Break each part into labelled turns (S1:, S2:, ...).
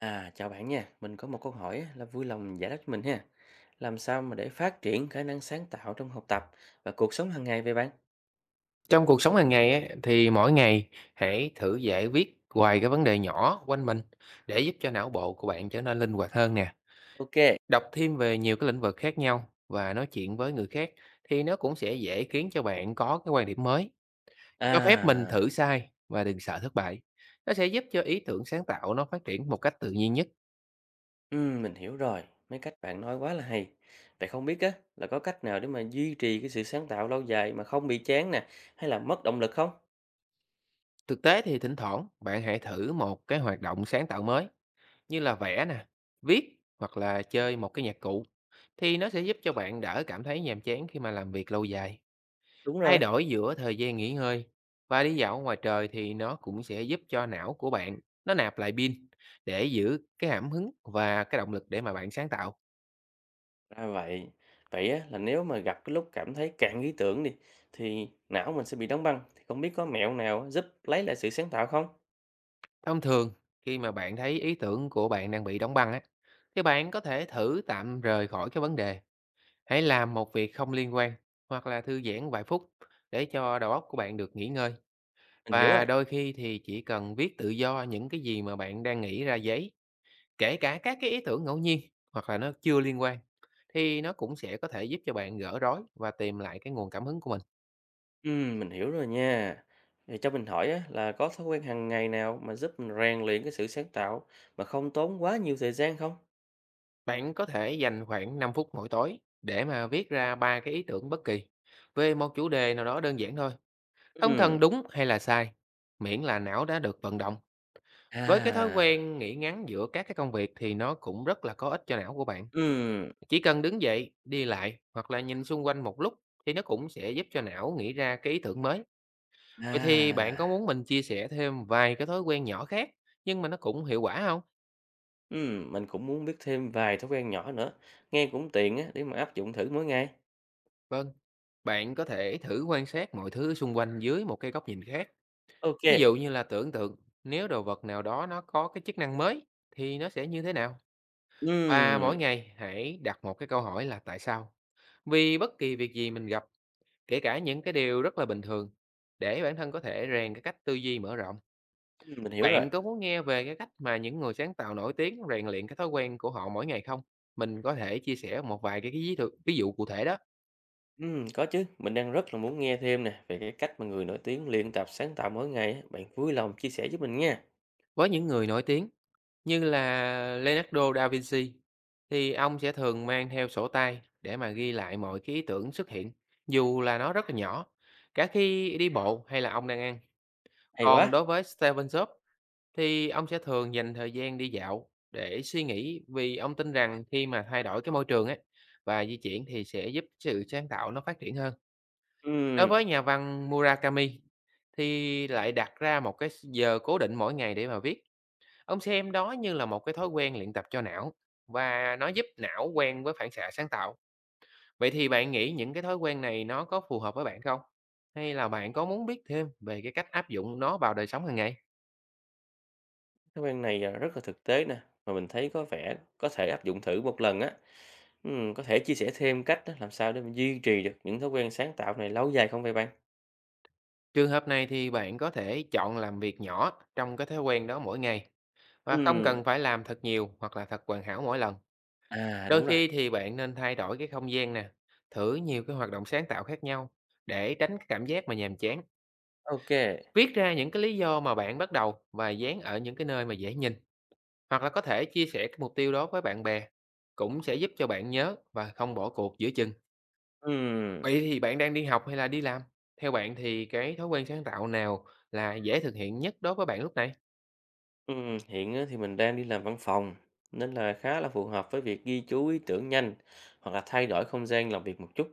S1: À, chào bạn nha. Mình có một câu hỏi á, là vui lòng giải đáp cho mình ha. Làm sao mà để phát triển khả năng sáng tạo trong học tập và cuộc sống hàng ngày vậy bạn?
S2: Trong cuộc sống hàng ngày ấy, thì mỗi ngày hãy thử giải quyết vài cái vấn đề nhỏ quanh mình để giúp cho não bộ của bạn trở nên linh hoạt hơn nè.
S1: Ok.
S2: Đọc thêm về nhiều cái lĩnh vực khác nhau và nói chuyện với người khác thì nó cũng sẽ dễ khiến cho bạn có cái quan điểm mới. Cho phép mình
S1: À,
S2: thử sai và đừng sợ thất bại. Nó sẽ giúp cho ý tưởng sáng tạo nó phát triển một cách tự nhiên nhất.
S1: mình hiểu rồi. Mấy cách bạn nói quá là hay. Vậy không biết á, là có cách nào để mà duy trì cái sự sáng tạo lâu dài mà không bị chán nè, hay là mất động lực không?
S2: Thực tế thì thỉnh thoảng bạn hãy thử một cái hoạt động sáng tạo mới như là vẽ nè, viết hoặc là chơi một cái nhạc cụ thì nó sẽ giúp cho bạn đỡ cảm thấy nhàm chán khi mà làm việc lâu dài.
S1: Đúng
S2: Thay
S1: rồi.
S2: đổi giữa thời gian nghỉ ngơi và đi dạo ngoài trời thì nó cũng sẽ giúp cho não của bạn nó nạp lại pin để giữ cái cảm hứng và cái động lực để mà bạn sáng tạo.
S1: À vậy. Vậy á, là nếu mà gặp cái lúc cảm thấy cạn ý tưởng đi, thì não mình sẽ bị đóng băng. Thì không biết có mẹo nào giúp lấy lại sự sáng tạo không?
S2: Thông thường khi mà bạn thấy ý tưởng của bạn đang bị đóng băng á, thì bạn có thể thử tạm rời khỏi cái vấn đề, hãy làm một việc không liên quan hoặc là thư giãn vài phút để cho đầu óc của bạn được nghỉ ngơi
S1: Mình hiểu rồi.
S2: Và đôi khi thì chỉ cần viết tự do những cái gì mà bạn đang nghĩ ra giấy, kể cả các cái ý tưởng ngẫu nhiên hoặc là nó chưa liên quan, thì nó cũng sẽ có thể giúp cho bạn gỡ rối và tìm lại cái nguồn cảm hứng của mình.
S1: Mình hiểu rồi nha. Vậy cho mình hỏi á, là có thói quen hàng ngày nào mà giúp mình rèn luyện cái sự sáng tạo mà không tốn quá nhiều thời gian không?
S2: Bạn có thể dành khoảng 5 phút mỗi tối để mà viết ra ba cái ý tưởng bất kỳ về một chủ đề nào đó đơn giản thôi, không
S1: Ừm,
S2: cần đúng hay là sai, miễn là não đã được vận động. Với cái thói
S1: à,
S2: quen nghĩ ngắn giữa các cái công việc thì nó cũng rất là có ích cho não của bạn.
S1: ừm,
S2: Chỉ cần đứng dậy, đi lại hoặc là nhìn xung quanh một lúc thì nó cũng sẽ giúp cho não nghĩ ra cái ý tưởng mới. Vậy thì bạn có
S1: à,
S2: muốn mình chia sẻ thêm vài cái thói quen nhỏ khác nhưng mà nó cũng hiệu quả không?
S1: mình cũng muốn biết thêm vài thói quen nhỏ nữa. Nghe cũng tiện á, để mà áp dụng thử mỗi ngày.
S2: Vâng, bạn có thể thử quan sát mọi thứ xung quanh dưới một cái góc nhìn khác.
S1: Ok,
S2: Ví dụ như là tưởng tượng nếu đồ vật nào đó nó có cái chức năng mới thì nó sẽ như thế nào? Và
S1: ừm,
S2: mỗi ngày hãy đặt một cái câu hỏi là tại sao? Vì bất kỳ việc gì mình gặp, kể cả những cái điều rất là bình thường, để bản thân có thể rèn cái cách tư duy mở rộng
S1: mình hiểu rồi.
S2: Bạn có muốn nghe về cái cách mà những người sáng tạo nổi tiếng rèn luyện cái thói quen của họ mỗi ngày không? Mình có thể chia sẻ một vài cái ví dụ cụ thể đó.
S1: Có chứ, mình đang rất là muốn nghe thêm nè về cái cách mà người nổi tiếng luyện tập sáng tạo mỗi ngày á. Bạn vui lòng chia sẻ với mình nha.
S2: Với những người nổi tiếng như là Leonardo da Vinci thì ông sẽ thường mang theo sổ tay để mà ghi lại mọi cái ý tưởng xuất hiện, dù là nó rất là nhỏ, cả khi đi bộ hay là ông đang ăn.
S1: Hay
S2: Còn
S1: quá.
S2: đối với Stephen Jobs thì ông sẽ thường dành thời gian đi dạo để suy nghĩ, vì ông tin rằng khi mà thay đổi cái môi trường ấy và di chuyển thì sẽ giúp sự sáng tạo nó phát triển hơn. Đối
S1: Ừm.
S2: với nhà văn Murakami thì lại đặt ra một cái giờ cố định mỗi ngày để mà viết. Ông xem đó như là một cái thói quen luyện tập cho não và nó giúp não quen với phản xạ sáng tạo. Vậy thì bạn nghĩ những cái thói quen này nó có phù hợp với bạn không? Hay là bạn có muốn biết thêm về cái cách áp dụng nó vào đời sống hàng ngày?
S1: Thói quen này à, rất là thực tế nè, mà mình thấy có vẻ có thể áp dụng thử một lần á. Có thể chia sẻ thêm cách á, làm sao để mình duy trì được những thói quen sáng tạo này lâu dài không vậy bạn?
S2: Trường hợp này thì bạn có thể chọn làm việc nhỏ trong cái thói quen đó mỗi ngày và không
S1: Ừm,
S2: cần phải làm thật nhiều hoặc là thật hoàn hảo mỗi lần.
S1: à đúng
S2: Đôi
S1: rồi,
S2: khi thì bạn nên thay đổi cái không gian nè, thử nhiều cái hoạt động sáng tạo khác nhau để tránh cái cảm giác mà nhàm chán.
S1: ok.
S2: Viết ra những cái lý do mà bạn bắt đầu và dán ở những cái nơi mà dễ nhìn hoặc là có thể chia sẻ cái mục tiêu đó với bạn bè cũng sẽ giúp cho bạn nhớ và không bỏ cuộc giữa chừng.
S1: Ừm,
S2: Vậy thì bạn đang đi học hay là đi làm? Theo bạn thì cái thói quen sáng tạo nào là dễ thực hiện nhất đối với bạn lúc này?
S1: hiện á, thì mình đang đi làm văn phòng, nên là khá là phù hợp với việc ghi chú ý tưởng nhanh hoặc là thay đổi không gian làm việc một chút.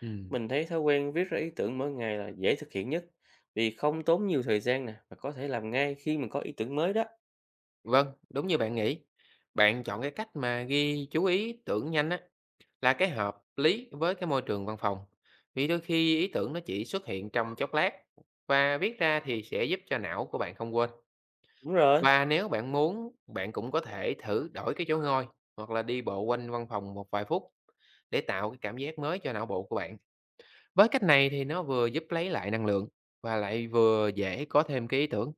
S2: Ừm,
S1: Mình thấy thói quen viết ra ý tưởng mỗi ngày là dễ thực hiện nhất, vì không tốn nhiều thời gian nè, và có thể làm ngay khi mình có ý tưởng mới đó.
S2: vâng, đúng như bạn nghĩ. Bạn chọn cái cách mà ghi chú ý tưởng nhanh á là cái hợp lý với cái môi trường văn phòng. Vì đôi khi ý tưởng nó chỉ xuất hiện trong chốc lát và viết ra thì sẽ giúp cho não của bạn không quên.
S1: Đúng rồi,
S2: Và nếu bạn muốn, bạn cũng có thể thử đổi cái chỗ ngồi hoặc là đi bộ quanh văn phòng một vài phút để tạo cái cảm giác mới cho não bộ của bạn. Với cách này thì nó vừa giúp lấy lại năng lượng và lại vừa dễ có thêm cái ý tưởng.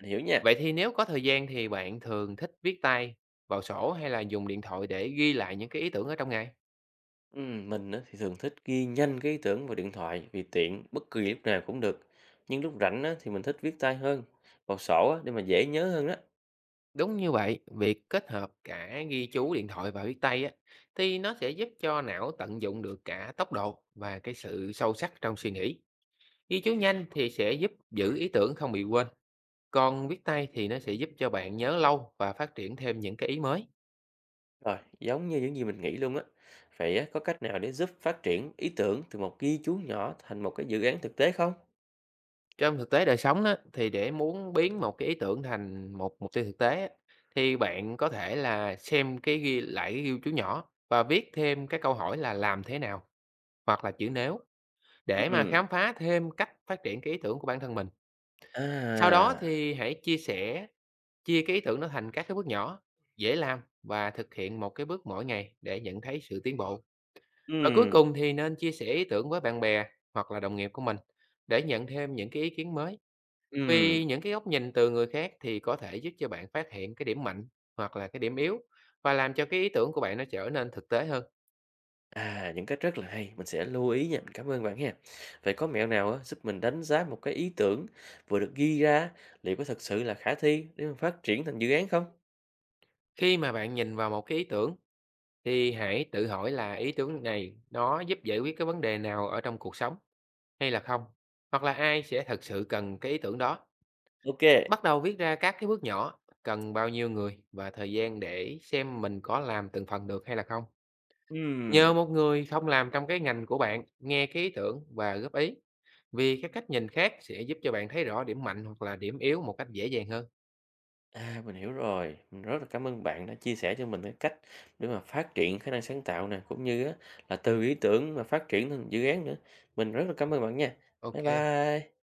S1: mình hiểu nha.
S2: Vậy thì nếu có thời gian thì bạn thường thích viết tay vào sổ hay là dùng điện thoại để ghi lại những cái ý tưởng ở trong ngày?
S1: Mình á, thì thường thích ghi nhanh cái ý tưởng vào điện thoại vì tiện bất kỳ lúc nào cũng được. Nhưng lúc rảnh á, thì mình thích viết tay hơn, vào sổ á, để mà dễ nhớ hơn đó.
S2: Đúng như vậy, việc kết hợp cả ghi chú điện thoại và viết tay á, thì nó sẽ giúp cho não tận dụng được cả tốc độ và cái sự sâu sắc trong suy nghĩ. Ghi chú nhanh thì sẽ giúp giữ ý tưởng không bị quên, còn viết tay thì nó sẽ giúp cho bạn nhớ lâu và phát triển thêm những cái ý mới.
S1: Rồi, giống như những gì mình nghĩ luôn á. Vậy á, có cách nào để giúp phát triển ý tưởng từ một ghi chú nhỏ thành một cái dự án thực tế không?
S2: Trong thực tế đời sống á, thì để muốn biến một cái ý tưởng thành một mục tiêu thực tế á, thì bạn có thể là xem cái ghi chú nhỏ và viết thêm cái câu hỏi là làm thế nào hoặc là chữ nếu để mà
S1: Ừm,
S2: khám phá thêm cách phát triển cái ý tưởng của bản thân mình. Sau đó
S1: à,
S2: thì hãy chia cái ý tưởng nó thành các cái bước nhỏ, dễ làm và thực hiện một cái bước mỗi ngày để nhận thấy sự tiến bộ. Và cuối
S1: ừm,
S2: cùng thì nên chia sẻ ý tưởng với bạn bè hoặc là đồng nghiệp của mình để nhận thêm những cái ý kiến mới.
S1: ừm.
S2: Vì những cái góc nhìn từ người khác thì có thể giúp cho bạn phát hiện cái điểm mạnh hoặc là cái điểm yếu và làm cho cái ý tưởng của bạn nó trở nên thực tế hơn.
S1: À, những cách rất là hay, mình sẽ lưu ý nha, mình cảm ơn bạn ha. Vậy có mẹo nào á, giúp mình đánh giá một cái ý tưởng vừa được ghi ra liệu có thực sự là khả thi để mình phát triển thành dự án không?
S2: Khi mà bạn nhìn vào một cái ý tưởng thì hãy tự hỏi là ý tưởng này nó giúp giải quyết cái vấn đề nào ở trong cuộc sống hay là không? Hoặc là ai sẽ thật sự cần cái ý tưởng đó?
S1: Ok,
S2: Bắt đầu viết ra các cái bước nhỏ, cần bao nhiêu người và thời gian để xem mình có làm từng phần được hay là không.
S1: ừm,
S2: Nhờ một người không làm trong cái ngành của bạn nghe cái ý tưởng và góp ý. Vì các cách nhìn khác sẽ giúp cho bạn thấy rõ điểm mạnh hoặc là điểm yếu một cách dễ dàng hơn.
S1: à, mình hiểu rồi. Mình rất là cảm ơn bạn đã chia sẻ cho mình cái cách để mà phát triển khả năng sáng tạo nè, cũng như á, là từ ý tưởng mà phát triển thành dự án nữa. Mình rất là cảm ơn bạn nha. Bye
S2: Ok.
S1: bye.